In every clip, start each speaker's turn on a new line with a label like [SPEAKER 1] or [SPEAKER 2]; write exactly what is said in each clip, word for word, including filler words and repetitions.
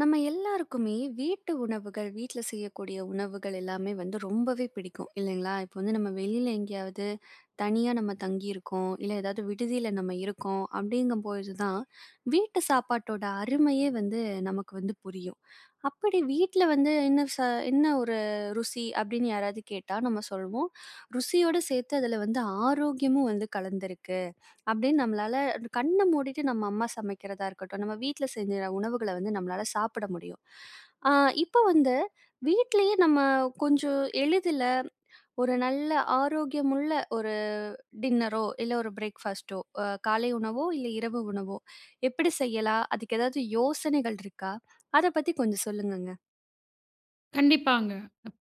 [SPEAKER 1] நம்ம எல்லாருக்குமே வீட்டு உணவுகள், வீட்ல செய்யக்கூடிய உணவுகள் எல்லாமே வந்து ரொம்பவே பிடிக்கும் இல்லைங்களா? இப்போ வந்து நம்ம வெளியில எங்கேயாவது தனியா நம்ம தங்கியிருக்கோம், இல்ல ஏதாவது விடுதியில நம்ம இருக்கோம் அப்படிங்கும்பொழுது தான் வீட்டு சாப்பாட்டோட அருமையே வந்து நமக்கு வந்து புரியும். அப்படி வீட்ல வந்து என்ன ச என்ன ஒரு ருசி அப்படின்னு யாராவது கேட்டா நம்ம சொல்வோம், ருசியோட சேர்த்து அதில வந்து ஆரோக்கியமும் வந்து கலந்திருக்கு. அப்படின்னு நம்மளால கண்ண மூடிட்டு நம்ம அம்மா சமைக்கிறதா இருக்கட்டும், நம்ம வீட்ல செஞ்ச உணவுகள வந்து நம்மளால சாப்பிட முடியும். ஆ. இப்ப வந்து வீட்லயே நம்ம கொஞ்சம் எளிதில ஒரு நல்ல ஆரோக்கியமுள்ள ஒரு டின்னரோ, இல்ல ஒரு பிரேக்ஃபாஸ்ட்டோ, அ காலை உணவோ, இல்ல இரவு உணவோ எப்படி செய்யலாம்? அதுக்கு ஏதாவது யோசனைகள் இருக்கா? அத பத்தி கொஞ்சம் சொல்லுங்கங்க.
[SPEAKER 2] கண்டிப்பாங்க.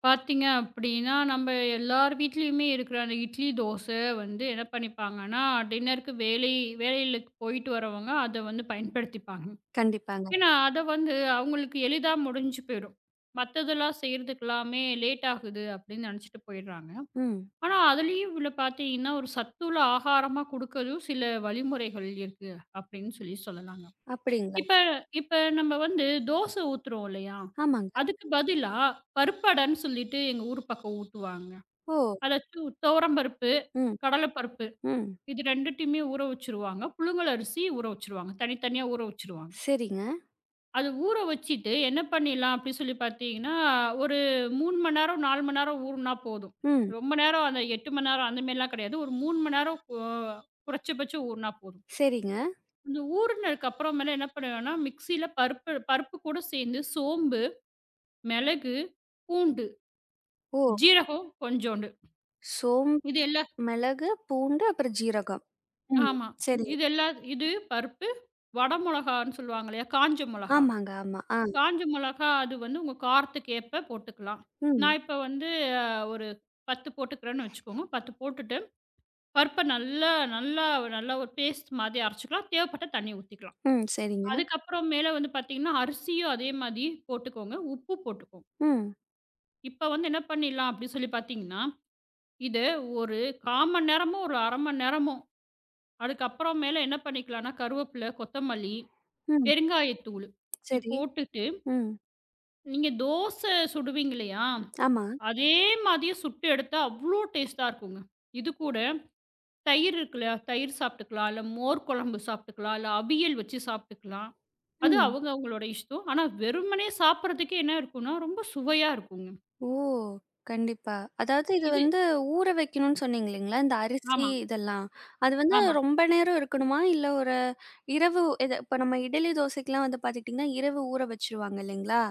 [SPEAKER 2] பார்த்தீங்க அப்படின்னா, நம்ப எல்லார் வீட்லயுமே இருக்கிற அந்த இட்லி, தோசை வந்து என்ன பண்ணிப்பாங்கன்னா, டின்னருக்கு வேலை வேலைகளுக்கு போயிட்டு வரவங்க அத வந்து பயன்படுத்திப்பாங்க.
[SPEAKER 1] கண்டிப்பாங்க.
[SPEAKER 2] ஏன்னா, அத வந்து அவங்களுக்கு எளிதா முடிஞ்சு போயிடும். மத்ததெல்லாம் செய்றதுக்கு எல்லாமே லேட் ஆகுது அப்படின்னு நெனச்சுட்டு போயிடுறாங்க.
[SPEAKER 1] ம்.
[SPEAKER 2] ஆனா, அதுலயும் இதில பார்த்தீங்கன்னா, ஒரு சத்துள்ள ஆகாரமா குடுக்கதும் சில வழிமுறைகள் இருக்கு அப்படின்னு சொல்லி சொல்லலாங்க.
[SPEAKER 1] அப்படிங்களா?
[SPEAKER 2] இப்ப இப்ப நம்ம வந்து தோசை ஊத்துறோம் இல்லையா?
[SPEAKER 1] ஆமாங்க.
[SPEAKER 2] அதுக்கு பதிலா பருப்படன்னு சொல்லிட்டு எங்க ஊர் பக்கம் ஊத்துவாங்க.
[SPEAKER 1] ஓ!
[SPEAKER 2] அதாச்சும் துவரம்பருப்பு,
[SPEAKER 1] ம்,
[SPEAKER 2] கடலைப்பருப்பு
[SPEAKER 1] ம்.
[SPEAKER 2] இது 2த்தையுமே ஊற வச்சுருவாங்க. புழுங்கலரிசி ஊற வச்சுருவாங்க. தனித்தனியா ஊற வச்சுருவாங்க.
[SPEAKER 1] சரிங்க.
[SPEAKER 2] அது ஊற வச்சுட்டு என்ன பண்ணிடலாம் அப்படின்னு சொல்லி பார்த்தீங்கன்னா, ஒரு மூணு மணி நேரம், நாலு மணி நேரம் ஊறுனா போதும்.
[SPEAKER 1] ம்.
[SPEAKER 2] ரொம்ப நேரம் அந்த எட்டு மணி நேரம் அந்த மாரிலாம் கிடையாது. ஒரு மூணு மணி நேரம் கொ குறைச்சபட்சம் ஊறுனா போதும்.
[SPEAKER 1] சரிங்க.
[SPEAKER 2] இந்த ஊறுனதுக்கு அப்புறமேல என்ன பண்ணுவேன்னா, மிக்ஸியில பருப்பு பருப்பு கூட சேர்ந்து சோம்பு, மிளகு, பூண்டு,
[SPEAKER 1] ஓ!
[SPEAKER 2] ஜீரகம் கொஞ்சோண்டு.
[SPEAKER 1] சோம்
[SPEAKER 2] இது எல்லா
[SPEAKER 1] மிளகு, பூண்டு, அப்புறம் ஜீரகம். ம்.
[SPEAKER 2] ஆமா.
[SPEAKER 1] சரிங்க.
[SPEAKER 2] இது எல்லா இது பருப்பு, வட மொளகான்னு சொல்லுவாங்க இல்லையா? காஞ்ச மொளகா.
[SPEAKER 1] ஆமாங்க, ஆமா. ஆ.
[SPEAKER 2] காஞ்ச மொளகா அது வந்து உங்க காரத்துக்கு ஏற்ப போட்டுக்கலாம்.
[SPEAKER 1] ம்.
[SPEAKER 2] நான் இப்ப வந்து அ ஒரு பத்து போட்டுக்கிறேன்னு வச்சுக்கோங்க. பத்து போட்டுட்டு பருப்ப நல்லா நல்லா நல்லா ஒரு பேஸ்ட் மாதிரி அரைச்சுக்கலாம். தேவைப்பட்டா தண்ணி ஊத்திக்கலாம்.
[SPEAKER 1] ம். சரிங்க.
[SPEAKER 2] அதுக்கப்புறம் மேல வந்து பார்த்தீங்கன்னா, அரிசியும் அதே மாதிரி போட்டுக்கோங்க. உப்பு போட்டுக்கோங்க.
[SPEAKER 1] ம்.
[SPEAKER 2] இப்ப வந்து என்ன பண்ணிடலாம் அப்படின்னு சொல்லி பார்த்தீங்கன்னா, இது ஒரு கால் மணி நேரமோ, ஒரு அரை மணி நேரமோ, அதுக்கப்புறம் மேல என்ன பண்ணிக்கலாம்னா, கருவேப்பிலை, கொத்தமல்லி,
[SPEAKER 1] ம்.
[SPEAKER 2] பெருங்காயத்தூள் இது
[SPEAKER 1] சரி.
[SPEAKER 2] போட்டுட்டு,
[SPEAKER 1] ம்.
[SPEAKER 2] நீங்க தோசை சுடுவீங்க இல்லையா?
[SPEAKER 1] ஆமா.
[SPEAKER 2] அதே மாதிரியே சுட்டு எடுத்தா அவ்வளோ டேஸ்ட்டா இருக்குங்க. இது கூட தயிர் இருக்கு இல்லையா? தயிர் சாப்பிட்டுக்கலாம், இல்ல மோர் குழம்பு சாப்பிட்டுக்கலாம், இல்ல அவியல் வச்சு சாப்பிட்டுக்கலாம். அது
[SPEAKER 1] ம்.
[SPEAKER 2] அவங்க அவங்களோட இஷ்டம். ஆனா வெறுமனே சாப்பிடுறதுக்கே என்ன இருக்கும்னா, ரொம்ப சுவையா இருக்குங்க.
[SPEAKER 1] ஓ! கண்டிப்பா. அதாவது இது
[SPEAKER 2] இது
[SPEAKER 1] வந்து ஊற வைக்கணும்னு சொன்னீங்க இல்லீங்களா? இந்த அரிசி
[SPEAKER 2] ஆமா,
[SPEAKER 1] இதெல்லாம். அது வந்து
[SPEAKER 2] ஆமா.
[SPEAKER 1] ரொம்ப நேரம் இருக்கணுமா? இல்ல ஒரு இரவு இது இப்ப நம்ம இட்லி, தோசைக்கெல்லாம் வந்து பார்த்துக்கிட்டீங்கன்னா, இரவு ஊற வச்சுருவாங்க இல்லீங்களா?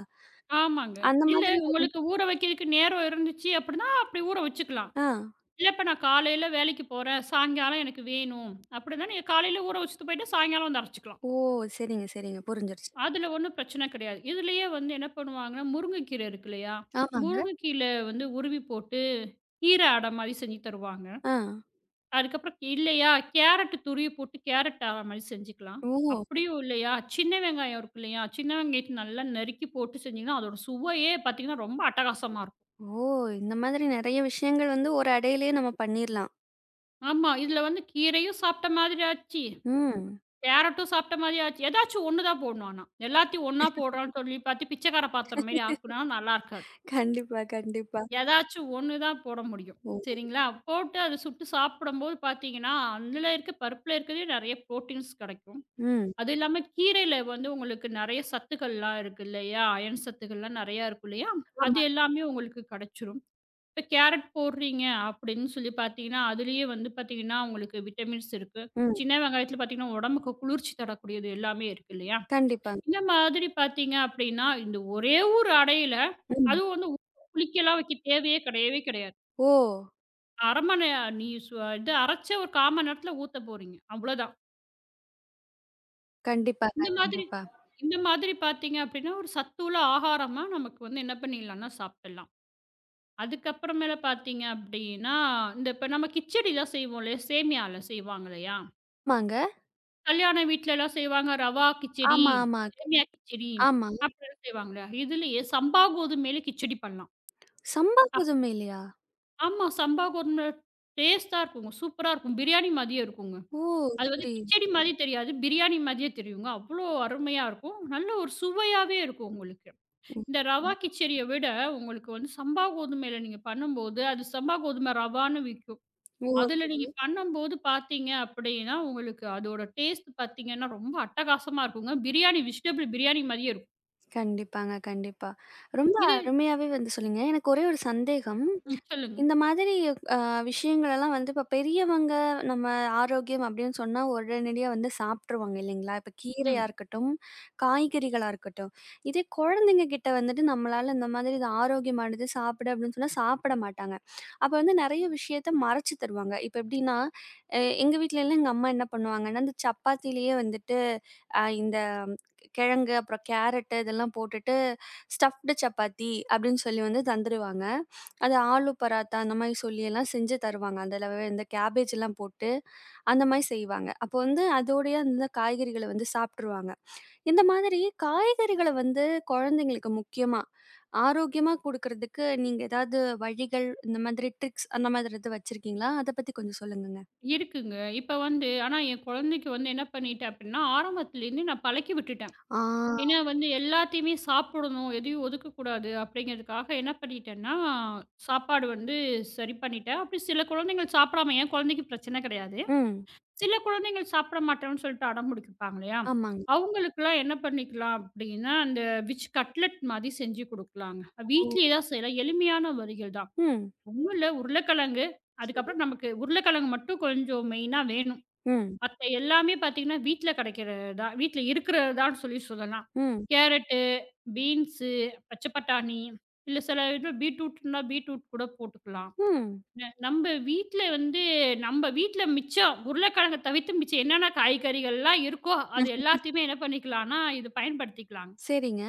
[SPEAKER 2] ஆமாங்க.
[SPEAKER 1] அந்த
[SPEAKER 2] இல்ல
[SPEAKER 1] மாதிரி ஒ
[SPEAKER 2] உங்களுக்கு ஊற வைக்கிறதுக்கு நேரம் இருந்துச்சு அப்படின்னா, அப்படி ஊற வச்சுக்கலாம்.
[SPEAKER 1] ஆ.
[SPEAKER 2] இல்ல இப்ப நான் காலையில வேலைக்கு போறேன், சாயங்காலம் எனக்கு வேணும் அப்படின்னா, நீங்க காலையில ஊற வச்சுட்டு போயிட்டு சாயங்காலம் வந்து அரைச்சுக்கலாம்.
[SPEAKER 1] ஓ! சரிங்க, சரிங்க. புரிஞ்சிருச்சு.
[SPEAKER 2] அதுல ஒண்ணும் பிரச்சனை கிடையாது. இதுலயே வந்து என்ன பண்ணுவாங்கன்னா, முருங்கைக்கீரை இருக்கு இல்லையா?
[SPEAKER 1] ஆமாங்க.
[SPEAKER 2] முருங்கைக்கீரை வந்து உருவி போட்டு, கீரை அடை மாரி செஞ்சு தருவாங்க.
[SPEAKER 1] ஆ.
[SPEAKER 2] அதுக்கப்புறம் இல்லையா, கேரட் துருவி போட்டு கேரட் அடை மாரி செஞ்சுக்கலாம்.
[SPEAKER 1] ஓ!
[SPEAKER 2] அப்படியும் இல்லையா, சின்ன வெங்காயம் இருக்கு இல்லையா? சின்ன வெங்காயத்த நல்லா நறுக்கி போட்டு செஞ்சீங்கன்னா, அதோட சுவையே பார்த்தீங்கன்னா, ரொம்ப அட்டகாசமா இருக்கும்.
[SPEAKER 1] ஓ! இந்த மாதிரி நெறைய விஷயங்கள் வந்து ஒரு அடையிலேயே நம்ம பண்ணிர்லாம்.
[SPEAKER 2] ஆமா. இதுல வந்து கீரையும் சாப்பிட்ட மாதிரி ஆச்சு,
[SPEAKER 1] ம்.
[SPEAKER 2] கேரட்டும் சாப்பிட்ட மாதிரி ஆச்சு. ஏதாச்சும் ஒண்ணு தான் போடணும் ஆனா. எல்லாத்தையும் ஒண்ணா போடுறோம்ன்னு சொல்லி பார்த்து பிச்சைக்கார பாத்திரம் மாரி ஆக்குனா நல்லா இருக்காது.
[SPEAKER 1] கண்டிப்பா, கண்டிப்பா.
[SPEAKER 2] ஏதாச்சும் ஒண்ணு தான் போட முடியும்.
[SPEAKER 1] ஓ!
[SPEAKER 2] சரிங்களா? போட்டு அத சுட்டு சாப்பிடும்போது பார்த்தீங்கன்னா, அதில இருக்க பருப்புல இருக்கிறதே நெறைய புரோட்டீன்ஸ் கெடைக்கும்.
[SPEAKER 1] ம்.
[SPEAKER 2] அது இல்லாம கீரையில வந்து உங்களுக்கு நெறைய சத்துக்கள்லாம் இருக்கு இல்லையா? அயன் சத்துக்கள்லாம் நெறையா இருக்கும் இல்லையா? அது
[SPEAKER 1] ஆமா.
[SPEAKER 2] எல்லாமே உங்களுக்கு கெடைச்சிரும். இப்ப கேரட் போடுறீங்க அப்படின்னு சொல்லி பார்த்தீங்கன்னா, அதிலேயே வந்து பார்த்தீங்கன்னா, உங்களுக்கு விட்டமின்ஸ் இருக்கு.
[SPEAKER 1] ம்.
[SPEAKER 2] சின்ன வெங்காயத்தில பார்த்தீங்கன்னா, உடம்புக்கு குளிர்ச்சி தரக்கூடியது எல்லாமே இருக்கு இல்லையா?
[SPEAKER 1] கண்டிப்பாங்க.
[SPEAKER 2] இந்த மாதிரி பார்த்தீங்க அப்படின்னா, இந்த ஒரே ஒரு அடையில
[SPEAKER 1] ம்.
[SPEAKER 2] அதுவும் வந்து புளிக்கலாம் வைக்க தேவையே கிடையவே கிடையாது.
[SPEAKER 1] ஓ!
[SPEAKER 2] அரை மணி நேரம் நீ சு இது அரைச்ச ஒரு கால் மணி நேரத்தில ஊத்த போறீங்க. அவ்வளோதான்.
[SPEAKER 1] கண்டிப்பாங்க,
[SPEAKER 2] இந்த மாதிரி
[SPEAKER 1] கண்டிப்பா.
[SPEAKER 2] இந்த மாதிரி பார்த்தீங்க அப்படின்னா, ஒரு சத்துள்ள ஆகாரமா நமக்கு வந்து என்ன பண்ணிடலாம்னா சாப்பிட்டுடலாம். அதுக்கப்புறமேல பார்த்தீங்க அப்படின்னா, இந்த இப்ப நம்ம கிச்சடிலாம் செய்வோம் இல்லையா? சேமியால செய்வாங்க இல்லையா?
[SPEAKER 1] ஆமாங்க.
[SPEAKER 2] கல்யாண வீட்லலாம் செய்வாங்க. ரவா கிச்சடி,
[SPEAKER 1] ஆமா, ஆமா.
[SPEAKER 2] சேமியா கிச்சடி
[SPEAKER 1] ஆமா.
[SPEAKER 2] அப்படிலாம் செய்வாங்க இல்லையா? இதுலயே சம்பா கோதுமையில கிச்சடி பண்ணலாம்.
[SPEAKER 1] சம்பா
[SPEAKER 2] அப்
[SPEAKER 1] கோதுமைலயா?
[SPEAKER 2] ஆமா. சம்பா கோதுமை டேஸ்ட்டா இருக்குங்க. சூப்பரா இருக்கும். பிரியாணி மாதிரியே இருக்குங்க.
[SPEAKER 1] ஓ!
[SPEAKER 2] அது வந்து
[SPEAKER 1] சரி.
[SPEAKER 2] கிச்சடி மாதிரி தெரியாது. பிரியாணி மாதிரியே தெரியுங்க. அவ்வளோ அருமையா இருக்கும். நல்ல ஒரு சுவையாவே இருக்கும் உங்களுக்கு.
[SPEAKER 1] ம்.
[SPEAKER 2] இந்த ரவா கிச்சடிய விட உங்களுக்கு வந்து சம்பா கோதுமையில நீங்க பண்ணும்போது, அது சம்பா கோதுமை ரவான்னு விக்கும்.
[SPEAKER 1] ஓ!
[SPEAKER 2] அதுல
[SPEAKER 1] சரி.
[SPEAKER 2] நீங்க பண்ணும்போது பார்த்தீங்க அப்படின்னா, உங்களுக்கு அதோட டேஸ்ட் பார்த்தீங்கன்னா, ரொம்ப அட்டகாசமா இருக்குங்க. பிரியாணி வெஜிடபிள் பிரியாணி மாரியே இருக்கும்.
[SPEAKER 1] கண்டிப்பாங்க, கண்டிப்பா. ரொம்ப
[SPEAKER 2] இது
[SPEAKER 1] அருமையாவே வந்து சொன்னீங்க. எனக்கு ஒரே ஒரு சந்தேகம்.
[SPEAKER 2] ம் சொல்லுங்க.
[SPEAKER 1] இந்த மாதிரி அ விஷயங்களெல்லாம் வந்து இப்ப பெரியவங்க நம்ம ஆரோக்கியம் அப்படின்னு சொன்னா உடனடியா வந்து சாப்ட்டுருவாங்க இல்லைங்களா? இப்ப கீரையா
[SPEAKER 2] ம்.
[SPEAKER 1] இருக்கட்டும், காய்கறிகளா இருக்கட்டும். இதே குழந்தைங்க கிட்ட வந்துட்டு நம்மளால இந்த மாதிரி இது ஆரோக்கியமானது சாப்பிடு அப்படின்னு சொன்னா சாப்பிட மாட்டாங்க. அப்ப வந்து நெறைய விஷயத்த மறைச்சு தருவாங்க. இப்ப எப்படின்னா, எ எங்க வீட்லலாம் எங்க அம்மா என்ன பண்ணுவாங்கன்னா, இந்த சப்பாத்திலேயே வந்துட்டு அ இந்த கிழங்கு, அப்புறம் கேரட்டு இதெல்லாம் போட்டுட்டு ஸ்டஃப்டு சப்பாத்தி அப்படின்னு சொல்லி வந்து தந்துருவாங்க. அது ஆலு பராத்தா அந்த மாரி சொல்லி எல்லாம் செஞ்சு தருவாங்க. அதுலவே இந்த கேபேஜ்லாம் போட்டு, அந்த மாரி செய்வாங்க. அப்போ வந்து அதோடயே அந்த காய்கறிகள வந்து சாப்ட்டுருவாங்க. இந்த மாதிரி காய்கறிகள வந்து குழந்தைங்களுக்கு முக்கியமா, ஆரோக்கியமா குடுக்குறதுக்கு நீங்க ஏதாவது வழிகள், இந்த மாதிரி ட்ரிக்ஸ் அந்த மாதிரி எதுவும் வச்சிருக்கீங்களா? அத பத்தி கொஞ்சம் சொல்லுங்கங்க.
[SPEAKER 2] இருக்குங்க. இப்ப வந்து ஆனா என் குழந்தைக்கு வந்து என்ன பண்ணிட்டேன் அப்படின்னா, ஆரம்பத்துலேருந்து நான் பழக்கி விட்டுட்டேன்.
[SPEAKER 1] ஆ.
[SPEAKER 2] ஏன்னா வந்து எல்லாத்தையுமே சாப்பிடணும், எதையும் ஒதுக்கக்கூடாது அப்படிங்கிறதுக்காக என்ன பண்ணிட்டேன்னா, சாப்பாடு வந்து சரி பண்ணிட்டேன். அப்படி சில குழந்தைகள் சாப்பிடாம என் குழந்தைக்கு பிரச்சனை கிடையாது.
[SPEAKER 1] ம்.
[SPEAKER 2] சில குழந்தைகள் சாப்பிட மாட்டோம்ன்னு சொல்லிட்டு அடம் பிடிப்பாங்க இல்லையா?
[SPEAKER 1] ஆமாங்க.
[SPEAKER 2] அவங்களுக்கெல்லாம் என்ன பண்ணிக்கலாம் அப்படின்னா, அந்த விச் கட்லெட் மாதிரி செஞ்சு குடுக்கலாங்க.
[SPEAKER 1] ஓ!
[SPEAKER 2] வீட்லயே தான் செய்யலாம். எளிமையான வழிகள் தான்.
[SPEAKER 1] ம்.
[SPEAKER 2] ஒண்ணும் இல்ல உருளைக்கிழங்கு,
[SPEAKER 1] சரி.
[SPEAKER 2] அதுக்கப்புறம் நமக்கு உருளைக்கிழங்கு மட்டும் கொஞ்சம் மெயினா வேணும்.
[SPEAKER 1] ம்.
[SPEAKER 2] மத்த எல்லாமே பார்த்தீங்கன்னா, வீட்ல கிடைக்கிறது தான். வீட்ல இருக்கிறது தான் சொல்லி சொல்லலாம்.
[SPEAKER 1] ம்.
[SPEAKER 2] கேரட்டு, பீன்ஸு, பச்சை பட்டாணி, இல்ல சில இது பீட்ரூட்னா பீட்ரூட் கூட போட்டுக்கலாம்.
[SPEAKER 1] ம்.
[SPEAKER 2] ந நம்ப வீட்ல வந்து நம்ப வீட்ல மிச்சம் உருளைக்கிழங்க தவிர்த்து மிச்சம் என்னென்ன காய்கறிகள்லாம் இருக்கோ, அது எல்லாத்தையுமே என்ன பண்ணிக்கலாம்னா, இது பயன்படுத்திக்கலாங்க.
[SPEAKER 1] சரிங்க.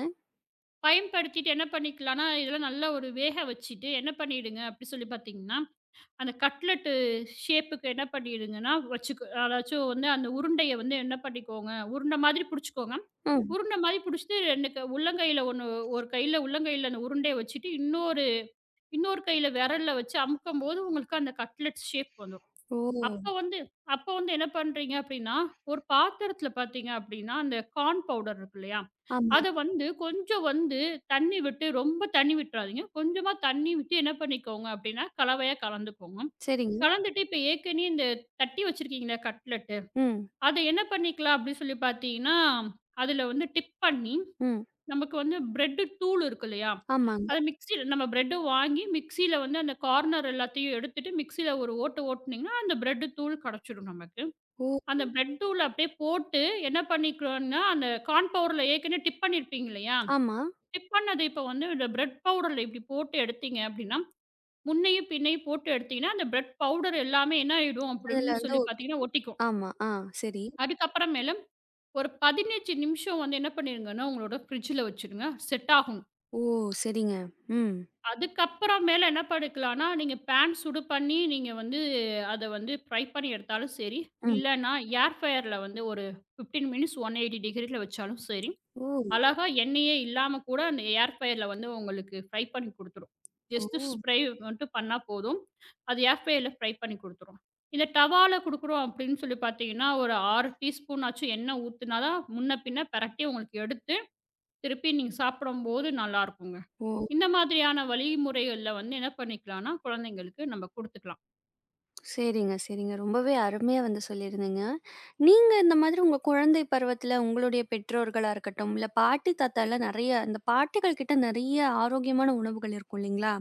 [SPEAKER 2] பயன்படுத்திட்டு என்ன பண்ணிக்கலாம்னா, இதெல்லாம் நல்லா ஒரு வேக வச்சுட்டு என்ன பண்ணிடுங்க அப்படி சொல்லி பார்த்தீங்கன்னா, அந்த கட்லெட்டு ஷேப்புக்கு என்ன பண்ணிடுங்கன்னா வச்சுக்க அதாச்சும் வந்து அந்த உருண்டைய வந்து என்ன பண்ணிக்கோங்க, உருண்ட மாதிரி புடிச்சுக்கோங்க.
[SPEAKER 1] ம்.
[SPEAKER 2] உருண்ட மாதிரி புடிச்சுட்டு ரெண்டு க உள்ளங்கையில 1 ஒரு கையில உள்ளங்கையில அந்த உருண்டைய வச்சுட்டு, இன்னொரு இன்னொரு கையில விரல்ல வச்சு அமுக்கும்போது உங்களுக்கு அந்த கட்லெட் ஷேப் வந்துரும்.
[SPEAKER 1] ஓ!
[SPEAKER 2] அப்ப வந்து அப்ப வந்து என்ன பண்றீங்க அப்படின்னா, ஒரு பாத்திரத்துல பாத்தீங்க அப்படின்னா, அந்த கார்ன் பவுடர் இருக்கு இல்லையா?
[SPEAKER 1] ஆமா.
[SPEAKER 2] அத வந்து கொஞ்சம் வந்து தண்ணி விட்டு ரொம்ப தண்ணி விட்டுறாதீங்க. கொஞ்சமா தண்ணி விட்டு என்ன பண்ணிக்கோங்க அப்படின்னா, கலவையா கலந்துக்கோங்க.
[SPEAKER 1] சரிங்க.
[SPEAKER 2] கலந்துட்டு இப்ப ஏற்கனவே இந்த தட்டி வச்சிருக்கீங்களா கட்லெட்டு,
[SPEAKER 1] ம்.
[SPEAKER 2] அத என்ன பண்ணிக்கலாம் அப்படின்னு சொல்லி பாத்தீங்கன்னா, அதுல வந்து டிப் பண்ணி
[SPEAKER 1] ம்.
[SPEAKER 2] நமக்கு வந்து பிரெட் தூள் இருக்கு இல்லையா?
[SPEAKER 1] ஆமாங்க.
[SPEAKER 2] அத மிக்ஸியில நம்ம பிரெட் வாங்கி மிக்ஸியில வந்து அந்த கார்னர் எல்லாத்தையும் எடுத்துட்டு மிக்ஸியில ஒரு ஓட்டு ஓட்டுனீங்கன்னா, அந்த பிரெட் தூள் கிடைச்சிடும் நமக்கு.
[SPEAKER 1] ஓ!
[SPEAKER 2] அந்த பிரெட் தூள அப்படியே போட்டு என்ன பண்ணிக்கிறோம்னா, அந்த கார்ன் பவுடர்ல ஏற்கனவே டிப் பண்ணியிருப்பீங்க இல்லையா?
[SPEAKER 1] ஆமா.
[SPEAKER 2] டிப் பண்ணது இப்ப வந்து இந்த பிரெட் பவுடர்ல இப்படி போட்டு எடுத்தீங்க அப்படின்னா, முன்னையும் பின்னையும் போட்டு எடுத்தீங்கன்னா, அந்த பிரெட் பவுடர் எல்லாமே என்ன ஆயிடும்
[SPEAKER 1] அதுல
[SPEAKER 2] அப்படின்னு
[SPEAKER 1] வந்து
[SPEAKER 2] சொல்லி
[SPEAKER 1] ஒட்
[SPEAKER 2] பார்த்தீங்கன்னா, ஒட்டிக்கும்.
[SPEAKER 1] ஆமா. ஆ. சரி.
[SPEAKER 2] அதுக்கப்புறமேல ஒரு பதினஞ்சு நிமிஷம் வந்து என்ன பண்ணிருங்கன்னா, உங்களோட ஃப்ரிட்ஜில வச்சுடுங்க. செட் ஆகும்.
[SPEAKER 1] ஓ! சரிங்க. ம்.
[SPEAKER 2] அதுக்கப்புறமேல என்ன பண்ணிக்கலாம்னா, நீங்க பேன் சுடு பண்ணி நீங்க வந்து அத வந்து ஃப்ரை பண்ணி எடுத்தாலும் சரி,
[SPEAKER 1] ம்.
[SPEAKER 2] இல்லன்னா ஏர் ஃப்ரையர்ல வந்து ஒரு பதினஞ்சு மினிட்ஸ் நூத்தி எண்பது டிகிரில வச்சாலும் சரி.
[SPEAKER 1] ஓ!
[SPEAKER 2] அழகா எண்ணெயே இல்லாம கூட அந்த ஏர் ஃப்ரையர்ல வந்து உங்களுக்கு ஃப்ரை பண்ணி குடுத்துரும். ஜஸ்ட்
[SPEAKER 1] ஓ!
[SPEAKER 2] ஸ்ப்ரே மட்டும் பண்ணா போதும். அது ஏர் ஃப்ரையர்ல ஃப்ரை பண்ணி குடுத்துரும். இத டவால குடுக்குறோம் அப்படின்னு சொல்லி பார்த்தீங்கன்னா, ஒரு ஆறு டீஸ்பூன் ஆச்சும் எண்ணெய் ஊத்துனா தான் முன்ன பின்ன பெரட்டி உங்களுக்கு எடுத்து, திருப்பி நீங்க சாப்பிடும்போது நல்லாருக்குங்க.
[SPEAKER 1] ஓ!
[SPEAKER 2] இந்த மாதிரியான வழிமுறைகள்ல வந்து என்ன பண்ணிக்கலாம்னா, குழந்தைங்களுக்கு நம்ம குடுத்துக்கலாம்.
[SPEAKER 1] சரிங்க, சரிங்க. ரொம்பவே அருமையா வந்து சொல்லியிருந்தீங்க. நீங்க இந்த மாதிரி உங்க குழந்தை பருவத்துல உங்களுடைய பெற்றோர்களா இருக்கட்டும், இல்ல பாட்டி, தாத்தாலாம் நெறைய இந்த பாட்டிகள் கிட்ட நெறைய ஆரோக்கியமான உணவுகள் இருக்கும் இல்லைங்களா?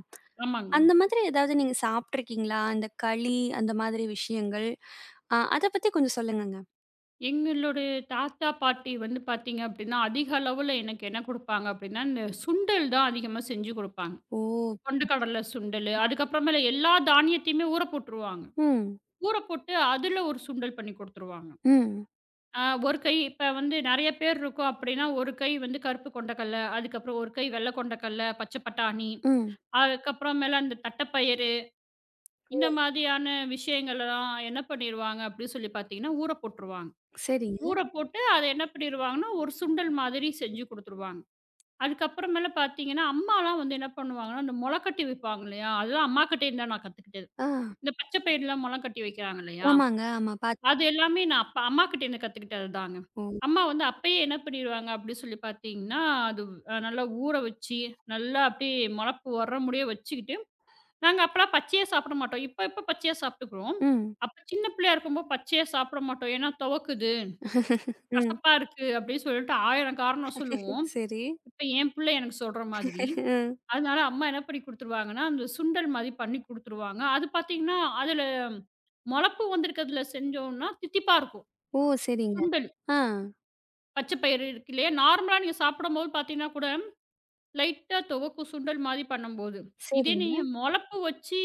[SPEAKER 2] ஆமாங்க.
[SPEAKER 1] அந்த மாதிரி ஏதாவது நீங்க சாப்ட்டுருக்கீங்களா? இந்த களி அந்த மாதிரி விஷயங்கள். அ அத பத்தி கொஞ்சம் சொல்லுங்கங்க.
[SPEAKER 2] எங்களுடைய தாத்தா, பாட்டி வந்து பார்த்தீங்க அப்படின்னா, அதிக அளவுல எனக்கு என்ன குடுப்பாங்க அப்படின்னா, இந்த சுண்டல் தான் அதிகமா செஞ்சு குடுப்பாங்க.
[SPEAKER 1] ஓ!
[SPEAKER 2] கொண்ட கடல சுண்டலு. அதுக்கப்புறமேல எல்லா தானியத்தையுமே ஊற போட்டுருவாங்க.
[SPEAKER 1] ம்.
[SPEAKER 2] ஊற போட்டு அதுல ஒரு சுண்டல் பண்ணி குடுத்துருவாங்க.
[SPEAKER 1] ம்.
[SPEAKER 2] அ ஒரு கை இப்ப வந்து நெறைய பேர் இருக்கோம் அப்டின்னா, ஒரு கை வந்து கருப்பு கொண்டக்கல்ல, அதுக்கப்புறம் ஒரு கை வெள்ள கொண்டக்கல்ல, பச்ச பட்டாணி,
[SPEAKER 1] ம்.
[SPEAKER 2] அதுக்கப்புறமேல அந்த தட்டப்பயிறு,
[SPEAKER 1] ஓ!
[SPEAKER 2] இந்த மாதிரியான விஷயங்கள்லாம் என்ன பண்ணிருவாங்க அப்டின்னு சொல்லி பார்த்தீங்கன்னா, ஊற போட்டுருவாங்க.
[SPEAKER 1] சரிங்க.
[SPEAKER 2] ஊற போட்டு அத என்ன பண்ணிருவாங்கன்னா, ஒரு சுண்டல் மாதிரி செஞ்சு குடுத்துருவாங்க. அதுக்கப்புறமேல பார்த்தீங்கன்னா, அம்மாலாம் வந்து என்ன பண்ணுவாங்கன்னா, அந்த மொளக்கட்டி விப்பாங்க இல்லையா? அதெல்லாம் அம்மாகிட்டேருந்து தான் நான் கத்துக்கிட்டது.
[SPEAKER 1] ஆ.
[SPEAKER 2] இந்த பச்சை பயிர்லாம் மொளம் கட்டி வைக்கிறாங்க இல்லையா?
[SPEAKER 1] ஆமாங்க. ஆமா. பாத்
[SPEAKER 2] அது எல்லாமே நான் அப்ப அம்மாகிட்டேருந்து கத்துக்கிட்டது தாங்க.
[SPEAKER 1] ஓ!
[SPEAKER 2] அம்மா வந்து அப்பயே என்ன பண்ணிருவாங்க அப்டி சொல்லி பார்த்தீங்கன்னா, அது அ நல்லா ஊற வச்சு, நல்லா அப்டியே மொளப்பு வர்ற முடிய வச்சுக்கிட்டு, நாங்க அப்பலாம் பச்சையா சாப்பிட மாட்டோம். இப்ப இப்ப பச்சையா சாப்ட்டுக்குறோம்.
[SPEAKER 1] ம்.
[SPEAKER 2] அப்ப சின்ன பிள்ளையா இருக்கும்போது பச்சையா சாப்பிட மாட்டோம். ஏன்னா துவக்குது,
[SPEAKER 1] ம்.
[SPEAKER 2] கசப்பா இருக்கு அப்டின்னு சொல்லிட்டு ஆயிரம் காரணம் சொல்லுவோம்.
[SPEAKER 1] சரி.
[SPEAKER 2] இப்ப என் பிள்ளை எனக்கு சொல்ற மாதிரி.
[SPEAKER 1] ம்.
[SPEAKER 2] அதனால அம்மா என்ன பண்ணி குடுத்துருவாங்கன்னா, அந்த சுண்டல் மாரி பண்ணி குடுத்துருவாங்க. அது பார்த்தீங்கன்னா, அதில மொளப்பு வந்திருக்கிறதுல செஞ்சோம்னா தித்திப்பா இருக்கும்.
[SPEAKER 1] ஓ! சரிங்க.
[SPEAKER 2] சுண்டல்
[SPEAKER 1] ஆ.
[SPEAKER 2] பச்சை பயிறு இருக்கு இல்லையா? நார்மலா நீங்க சாப்பிடும்போது பார்த்தீங்கன்னா கூட, லைட்டா துவக்கும் சுண்டல் மாரி பண்ணும்போது. இதே நீங்க
[SPEAKER 1] சரிங்க.
[SPEAKER 2] மொளப்பு வச்சு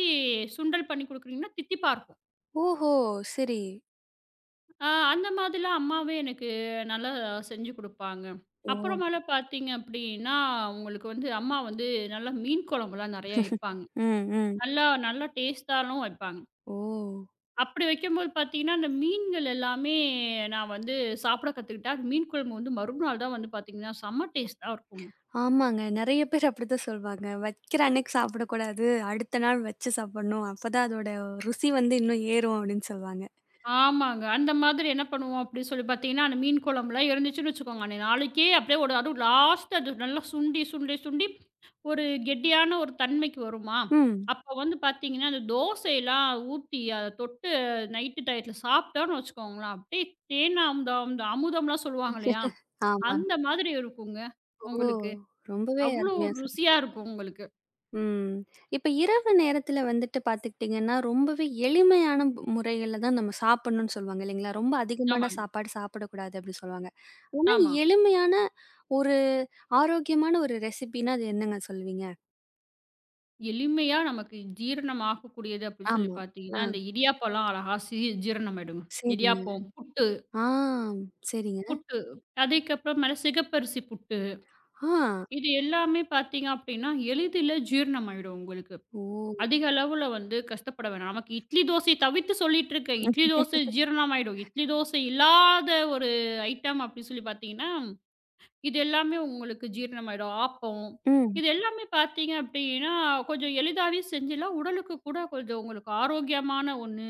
[SPEAKER 2] சுண்டல் பண்ணி குடுக்குறீங்கன்னா, தித்திப்பா இருக்கும்.
[SPEAKER 1] ஓஹோ! சரி.
[SPEAKER 2] அ அந்த மாதிரிலாம் அம்மாவே எனக்கு நல்லா செஞ்சு குடுப்பாங்க.
[SPEAKER 1] ஓ!
[SPEAKER 2] அப்புறமேல பார்த்தீங்க அப்படின்னா, உங்களுக்கு வந்து அம்மா வந்து நல்லா மீன் குழம்புலாம் நெறையா வைப்பாங்க.
[SPEAKER 1] ம், ம்.
[SPEAKER 2] நல்லா நல்லா டேஸ்ட்டாலும் வைப்பாங்க.
[SPEAKER 1] ஓ!
[SPEAKER 2] அப்படி வைக்கும்போது பார்த்தீங்கன்னா, அந்த மீன்கள் எல்லாமே நான் வந்து சாப்பிட கத்துக்கிட்டேன். அது மீன் குழம்பு வந்து மறுநாள் தான் வந்து பார்த்தீங்கன்னா, செம்ம டேஸ்ட்டா இருக்குங்க.
[SPEAKER 1] ஆமாங்க. நெறைய பேர் அப்படித்தான் சொல்வாங்க. வைக்கிற அன்னைக்கு சாப்பிடக்கூடாது. அடுத்த நாள் வச்சு சாப்பிடணும். அப்பதான் அதோட ருசி வந்து இன்னும் ஏறும் அப்படின்னு சொல்வாங்க.
[SPEAKER 2] ஆமாங்க. அந்த மாதிரி என்ன பண்ணுவோம் அப்படின்னு சொல்லி பார்த்தீங்கன்னா, அந்த மீன் குழம்புலாம் இருந்துச்சுன்னு வச்சுக்கோங்க, அன்னைய நாளைக்கே அப்படியே ஒரு அதுவும் லாஸ்ட் அது நல்லா சுண்டி, சுண்டி, சுண்டி ஒரு கெட்டியான ஒரு தன்மைக்கு வருமா,
[SPEAKER 1] ம்.
[SPEAKER 2] அப்போ வந்து பார்த்தீங்கன்னா, அந்த தோசையெல்லாம் ஊத்தி அத தொட்டு நைட்டு டயத்துல சாப்பிட்டோம்னு வச்சுக்கோங்களேன், அப்படியே தேன் அமுதம், அந்த அமுதம்லாம் சொல்லுவாங்க இல்லையா,
[SPEAKER 1] ஆமாங்க.
[SPEAKER 2] அந்த மாதிரி இருக்குங்க
[SPEAKER 1] ஓ!
[SPEAKER 2] உங்களுக்கு.
[SPEAKER 1] ரொம்பவே
[SPEAKER 2] அவ்வளோ
[SPEAKER 1] அருமையா.
[SPEAKER 2] ஒரு ருசியா இருக்கும் உங்களுக்கு.
[SPEAKER 1] ம். இப்ப இரவு நேரத்துல வந்துட்டு பார்த்துக்கிட்டீங்கன்னா, ரொம்பவே எளிமையான ப் முறைகள்ல தான் நம்ம சாப்பிடணும்னு சொல்லுவாங்க இல்லைங்களா? ரொம்ப அதிகமான
[SPEAKER 2] ஆமாங்க.
[SPEAKER 1] சாப்பாடு சாப்பிடக்கூடாது அப்படி சொல்லுவாங்க. ஆனா
[SPEAKER 2] ஆமா.
[SPEAKER 1] எளிமையான ஒரு ஆரோக்கியமான ஒரு ரெசிபின்னா அது என்னங்க சொல்லுவீங்க?
[SPEAKER 2] எளிமையா நமக்கு ஜீரணம் ஆகக்கூடியது அப்படின்னு சொல்லி
[SPEAKER 1] ஆமா. ஆ.
[SPEAKER 2] பார்த்தீங்கன்னா, அந்த இடியாப்பம்லாம் அழகா சி ஜீரணமாயிடுங்க.
[SPEAKER 1] சரிங்க.
[SPEAKER 2] இடியாப்பம், புட்டு
[SPEAKER 1] ஆ. சரிங்க.
[SPEAKER 2] புட்டு. அதுக்கப்புறமேல சிகப்பரிசி புட்டு.
[SPEAKER 1] ஆ.
[SPEAKER 2] இது எல்லாமே பார்த்தீங்க அப்படின்னா, எளிதில ஜீரணமாயிடும் உங்களுக்கு.
[SPEAKER 1] ஓ!
[SPEAKER 2] அதிக அளவுல வந்து கஷ்டப்பட வேணாம். நமக்கு இட்லி, தோசைய தவிர்த்து சொல்லிட்டு இருக்கேன். இட்லி, தோசை ஜீரணமாயிடும். இட்லி, தோசை இல்லாத ஒரு ஐட்டம் அப்படின்னு சொல்லி பார்த்தீங்கன்னா இது எல்லாமே உங்களுக்கு ஜீரணமாயிடும். ஆப்பம்,
[SPEAKER 1] ம்.
[SPEAKER 2] இது எல்லாமே பார்த்தீங்க அப்டின்னா, கொஞ்சம் எளிதாவே செஞ்சுலாம் உடலுக்கு கூட கொஞ்சம் உங்களுக்கு ஆரோக்கியமான ஒண்ணு.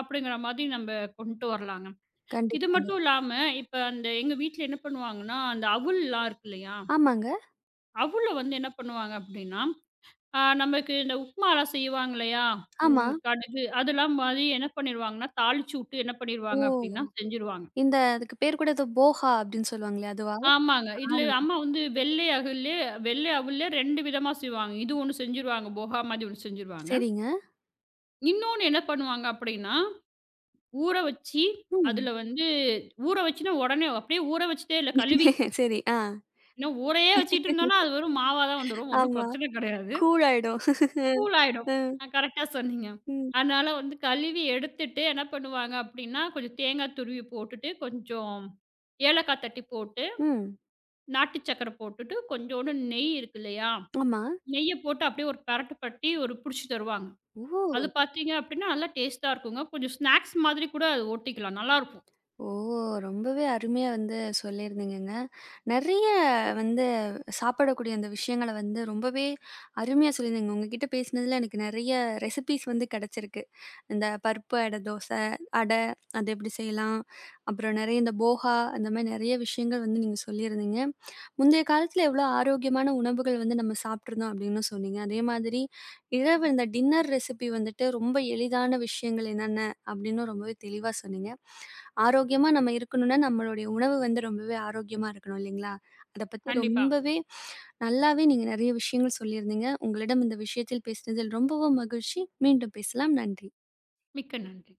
[SPEAKER 2] அப்டிங்கிற மாதிரி நம்ப கொண்டு வரலாங்க. இது
[SPEAKER 1] கண்டிப்பாங்க.
[SPEAKER 2] மட்டும் இல்லாம, இப்ப அந்த எங்க வீட்ல என்ன பண்ணுவாங்கன்னா, அந்த அவுல்லாம் இருக்கு இல்லையா?
[SPEAKER 1] ஆமாங்க.
[SPEAKER 2] அவுல வந்து என்ன பண்ணுவாங்க அப்டின்னா, அ நமக்கு இந்த உப்மாலாம் செய்வாங்க இல்லையா?
[SPEAKER 1] ஆமா.
[SPEAKER 2] ம் கடுகு அதெல்லாம் மாரி என்ன பண்ணிருவாங்கன்னா, தாளிச்சு வுட்டு என்ன
[SPEAKER 1] ஓ!
[SPEAKER 2] பண்ணிருவாங்க அப்டின்னா செஞ்சுருவாங்க.
[SPEAKER 1] இந்த அதுக்கு பேர் கூட ஏதோ போஹா அப்படின்னு சொல்லுவாங்களே அதுவா?
[SPEAKER 2] ஆமாங்க.
[SPEAKER 1] ஆ.
[SPEAKER 2] இதுல அம்மா வந்து வெள்ளை அகல்லே வெள்ளை அவுல்ல ரெண்டு விதமா செய்வாங்க. இது ஒண்ணு செஞ்சுருவாங்க. போகா மாதிரி ஒண்ணு செஞ்சுருவாங்க.
[SPEAKER 1] சரிங்க.
[SPEAKER 2] இன்னொன்னு என்ன பண்ணுவாங்க அப்படின்னா, ஊற வச்சு,
[SPEAKER 1] ம்.
[SPEAKER 2] அதுல வந்து ஊற வச்சுன்னா உடனே அப்படியே ஊற வச்சுட்டே இல்ல கழுவி.
[SPEAKER 1] சரி. ஆ.
[SPEAKER 2] ஏன்னா ஊரையே வச்சுட்டு இருந்தோம்னா, அது வெறும் மாவா தான் வந்துரும். ஒண்ணும்
[SPEAKER 1] ஆமா.
[SPEAKER 2] பிரச்சனை கிடையாது.
[SPEAKER 1] கூல் ஆயிடும்.
[SPEAKER 2] கூலாயிடும்.
[SPEAKER 1] அ, ம்,
[SPEAKER 2] அ கரெக்ட்டா சொன்னீங்க.
[SPEAKER 1] ம்.
[SPEAKER 2] அதனால வந்து கழுவி எடுத்துட்டு என்ன பண்ணுவாங்க அப்படின்னா, கொஞ்சம் தேங்காய் துருவி போட்டுட்டு, கொஞ்சம் ஏலக்காய் தட்டி போட்டு,
[SPEAKER 1] ம்.
[SPEAKER 2] நாட்டு சர்க்கரை போட்டுட்டு, கொஞ்சோண்டு நெய் இருக்கு இல்லையா?
[SPEAKER 1] ஆமா.
[SPEAKER 2] நெய்ய போட்டு அப்படியே ஒரு பெரட்டு பட்டி ஒரு புடிச்சு தருவாங்க. அது
[SPEAKER 1] ஓ!
[SPEAKER 2] பார்த்தீங்க அப்படின்னா, நல்லா டேஸ்ட்டா இருக்குங்க. கொஞ்சம் ஸ்நாக்ஸ் மாதிரி கூட அது ஒட்டிக்கலாம். நல்லாருக்கும்.
[SPEAKER 1] ஓ! ரொம்பவே அருமையா வந்து சொல்லியிருந்தீங்கங்க. நெறைய வந்து சாப்பிடக்கூடிய அந்த விஷயங்கள வந்து ரொம்பவே அருமையா சொல்லியிருந்தீங்க. உங்ககிட்ட பேசினதுல எனக்கு நெறைய ரெசிபீஸ் வந்து கிடைச்சிருக்கு. இந்த பருப்பு அடை தோசை, அடை அது எப்படி செய்யலாம்? அப்புறம் நெறைய இந்த போகா அந்த மாரி நெறைய விஷயங்கள் வந்து நீங்க சொல்லியிருந்தீங்க. முந்தைய காலத்துல எவ்வளோ ஆரோக்கியமான உணவுகள் வந்து நம்ம சாப்பிட்டுருந்தோம் அப்படின்னு சொன்னீங்க. அதே மாதிரி இரவு இந்த டின்னர் ரெசிபி வந்துட்டு ரொம்ப எளிதான விஷயங்கள் என்னென்ன அப்படின்னு ரொம்பவே தெளிவா சொன்னீங்க. ஆரோக்கியமா நம்ம இருக்கணும்னா, நம்மளுடைய உணவு வந்து ரொம்பவே ஆரோக்கியமா இருக்கணும் இல்லைங்களா? அத பத்தி
[SPEAKER 2] கண்டிப்பா.
[SPEAKER 1] ரொம்பவே நல்லாவே நீங்க நெறைய விஷயங்கள் சொல்லியிருந்தீங்க. உங்களிடம் இந்த விஷயத்தில் பேசினதில் ரொம்பவும் மகிழ்ச்சி. மீண்டும் பேசலாம். நன்றி.
[SPEAKER 2] மிக்க நன்றி.